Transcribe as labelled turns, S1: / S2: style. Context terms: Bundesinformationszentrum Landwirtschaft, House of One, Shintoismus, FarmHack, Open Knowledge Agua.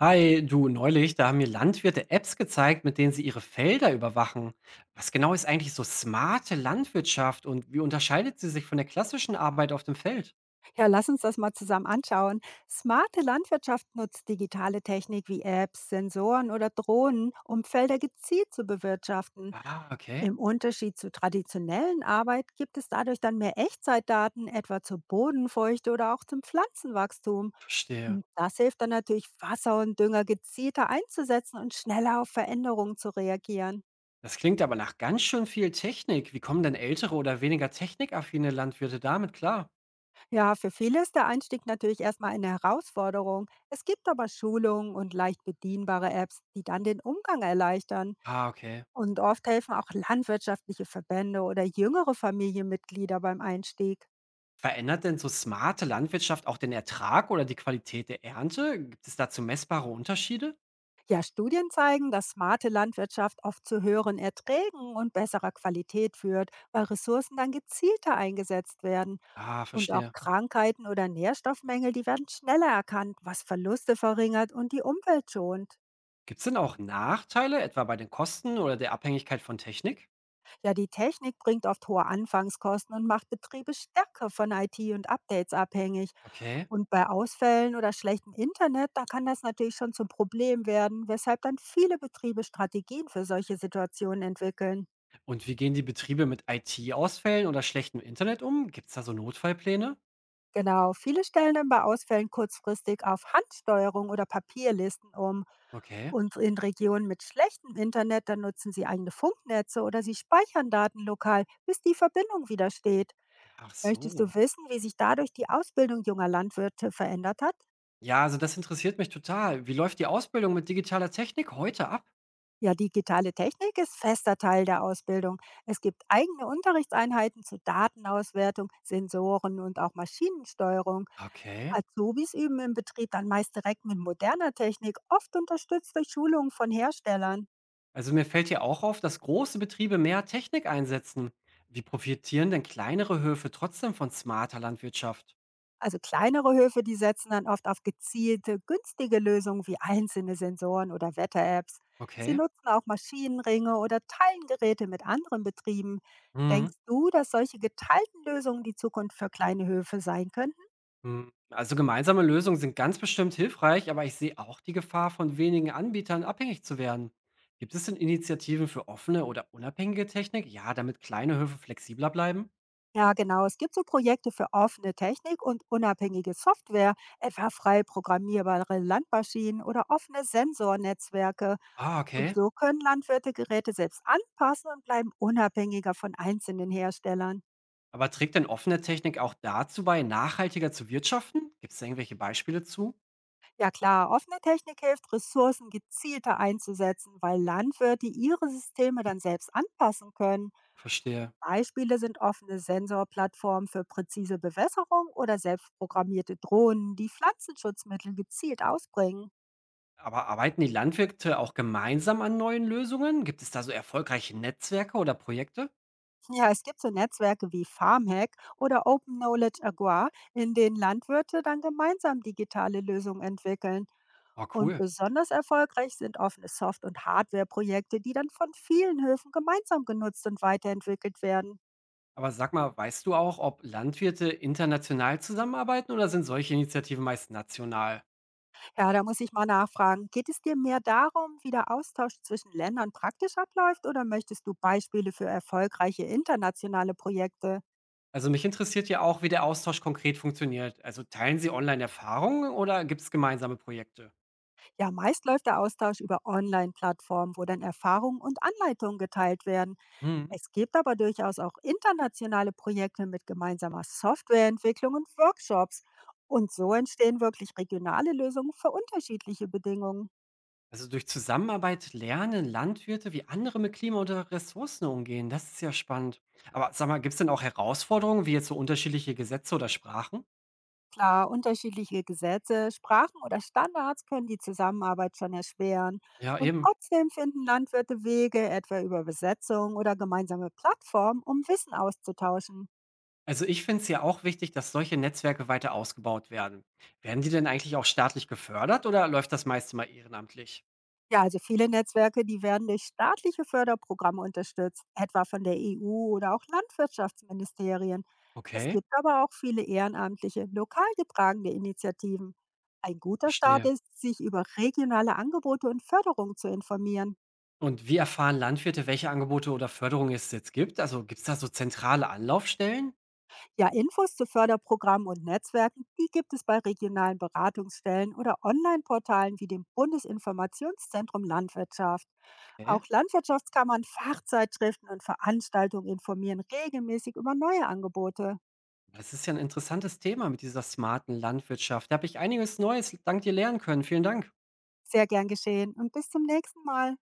S1: Hi, du, neulich, da haben mir Landwirte Apps gezeigt, mit denen sie ihre Felder überwachen. Was genau ist eigentlich so smarte Landwirtschaft und wie unterscheidet sie sich von der klassischen Arbeit auf dem Feld?
S2: Ja, lass uns das mal zusammen anschauen. Smarte Landwirtschaft nutzt digitale Technik wie Apps, Sensoren oder Drohnen, um Felder gezielt zu bewirtschaften.
S1: Ah, okay,
S2: Im Unterschied zu traditionellen Arbeit gibt es dadurch dann mehr Echtzeitdaten, etwa zur Bodenfeuchte oder auch zum Pflanzenwachstum.
S1: verstehe.
S2: Und das hilft dann natürlich, Wasser und Dünger gezielter einzusetzen und schneller auf Veränderungen zu reagieren.
S1: Das klingt aber nach ganz schön viel Technik. Wie kommen denn ältere oder weniger technikaffine Landwirte damit klar?
S2: Ja, für viele ist der Einstieg natürlich erstmal eine Herausforderung. Es gibt aber Schulungen und leicht bedienbare Apps, die dann den Umgang erleichtern.
S1: Ah, okay.
S2: Und oft helfen auch landwirtschaftliche Verbände oder jüngere Familienmitglieder beim Einstieg.
S1: Verändert denn so smarte Landwirtschaft auch den Ertrag oder die Qualität der Ernte? Gibt es dazu messbare Unterschiede?
S2: Ja, Studien zeigen, dass smarte Landwirtschaft oft zu höheren Erträgen und besserer Qualität führt, weil Ressourcen dann gezielter eingesetzt werden.
S1: Ah,
S2: Und auch
S1: verstehe.
S2: Krankheiten oder Nährstoffmängel, die werden schneller erkannt, was Verluste verringert und die Umwelt schont.
S1: Gibt's denn auch Nachteile, etwa bei den Kosten oder der Abhängigkeit von Technik?
S2: Ja, die Technik bringt oft hohe Anfangskosten und macht Betriebe stärker von IT und Updates abhängig.
S1: Okay.
S2: Und bei Ausfällen oder schlechtem Internet, da kann das natürlich schon zum Problem werden, weshalb dann viele Betriebe Strategien für solche Situationen entwickeln.
S1: Und wie gehen die Betriebe mit IT-Ausfällen oder schlechtem Internet um? Gibt's da so Notfallpläne?
S2: Genau, viele stellen dann bei Ausfällen kurzfristig auf Handsteuerung oder Papierlisten um.
S1: Okay.
S2: Und in Regionen mit schlechtem Internet, dann nutzen sie eigene Funknetze oder sie speichern Daten lokal, bis die Verbindung wieder steht.
S1: Ach
S2: Möchtest du
S1: so.
S2: wissen, wie sich dadurch die Ausbildung junger Landwirte verändert hat?
S1: Ja, also das interessiert mich total. Wie läuft die Ausbildung mit digitaler Technik heute ab?
S2: Ja, digitale Technik ist fester Teil der Ausbildung. Es gibt eigene Unterrichtseinheiten zu Datenauswertung, Sensoren und auch Maschinensteuerung.
S1: Okay.
S2: Azubis üben im Betrieb dann meist direkt mit moderner Technik, oft unterstützt durch Schulungen von Herstellern.
S1: Also mir fällt hier auch auf, dass große Betriebe mehr Technik einsetzen. Wie profitieren denn kleinere Höfe trotzdem von smarter Landwirtschaft?
S2: Also kleinere Höfe, die setzen dann oft auf gezielte, günstige Lösungen wie einzelne Sensoren oder Wetter-Apps. Sie
S1: Okay.
S2: nutzen auch Maschinenringe oder teilen Geräte mit anderen Betrieben.
S1: Mhm.
S2: Denkst du, dass solche geteilten Lösungen die Zukunft für kleine Höfe sein könnten?
S1: Hm, also gemeinsame Lösungen sind ganz bestimmt hilfreich, aber ich sehe auch die Gefahr, von wenigen Anbietern abhängig zu werden. Gibt es denn Initiativen für offene oder unabhängige Technik? Ja, damit kleine Höfe flexibler bleiben?
S2: Ja, genau. Es gibt so Projekte für offene Technik und unabhängige Software, etwa frei programmierbare Landmaschinen oder offene Sensornetzwerke.
S1: Ah,
S2: Und
S1: okay.
S2: so können Landwirte Geräte selbst anpassen und bleiben unabhängiger von einzelnen Herstellern.
S1: Aber trägt denn offene Technik auch dazu bei, nachhaltiger zu wirtschaften? Gibt es da irgendwelche Beispiele zu?
S2: Ja klar, offene Technik hilft, Ressourcen gezielter einzusetzen, weil Landwirte ihre Systeme dann selbst anpassen können.
S1: Verstehe.
S2: Beispiele sind offene Sensorplattformen für präzise Bewässerung oder selbstprogrammierte Drohnen, die Pflanzenschutzmittel gezielt ausbringen.
S1: Aber arbeiten die Landwirte auch gemeinsam an neuen Lösungen? Gibt es da so erfolgreiche Netzwerke oder Projekte?
S2: Ja, es gibt so Netzwerke wie FarmHack oder Open Knowledge Agua, in denen Landwirte dann gemeinsam digitale Lösungen entwickeln.
S1: Oh,
S2: Und
S1: cool.
S2: besonders erfolgreich sind offene Soft- und Hardware-Projekte, die dann von vielen Höfen gemeinsam genutzt und weiterentwickelt werden.
S1: Aber sag mal, weißt du auch, ob Landwirte international zusammenarbeiten oder sind solche Initiativen meist national?
S2: Ja, da muss ich mal nachfragen, geht es dir mehr darum, wie der Austausch zwischen Ländern praktisch abläuft, oder möchtest du Beispiele für erfolgreiche internationale Projekte?
S1: Also mich interessiert ja auch, wie der Austausch konkret funktioniert. Also teilen sie online Erfahrungen oder gibt es gemeinsame Projekte?
S2: Ja, meist läuft der Austausch über Online-Plattformen, wo dann Erfahrungen und Anleitungen geteilt werden.
S1: Hm.
S2: Es gibt aber durchaus auch internationale Projekte mit gemeinsamer Softwareentwicklung und Workshops. Und so entstehen wirklich regionale Lösungen für unterschiedliche Bedingungen.
S1: Also durch Zusammenarbeit lernen Landwirte, wie andere mit Klima oder Ressourcen umgehen. Das ist ja spannend. Aber sag mal, gibt es denn auch Herausforderungen, wie jetzt so unterschiedliche Gesetze oder Sprachen?
S2: Klar, unterschiedliche Gesetze, Sprachen oder Standards können die Zusammenarbeit schon erschweren.
S1: Ja,
S2: Und
S1: eben.
S2: trotzdem finden Landwirte Wege, etwa über Besetzung oder gemeinsame Plattformen, um Wissen auszutauschen.
S1: Also ich finde es ja auch wichtig, dass solche Netzwerke weiter ausgebaut werden. Werden die denn eigentlich auch staatlich gefördert oder läuft das meiste mal ehrenamtlich?
S2: Ja, also viele Netzwerke, die werden durch staatliche Förderprogramme unterstützt, etwa von der EU oder auch Landwirtschaftsministerien. Es
S1: Okay,
S2: gibt aber auch viele ehrenamtliche, lokal getragene Initiativen. Ein guter Start
S1: verstehe.
S2: ist, sich über regionale Angebote und Förderung zu informieren.
S1: Und wie erfahren Landwirte, welche Angebote oder Förderungen es jetzt gibt? Also gibt es da so zentrale Anlaufstellen?
S2: Ja, Infos zu Förderprogrammen und Netzwerken, die gibt es bei regionalen Beratungsstellen oder Online-Portalen wie dem Bundesinformationszentrum Landwirtschaft.
S1: Okay.
S2: Auch Landwirtschaftskammern, Fachzeitschriften und Veranstaltungen informieren regelmäßig über neue Angebote.
S1: Das ist ja ein interessantes Thema mit dieser smarten Landwirtschaft. Da habe ich einiges Neues dank dir lernen können. Vielen Dank.
S2: Sehr gern geschehen und bis zum nächsten Mal.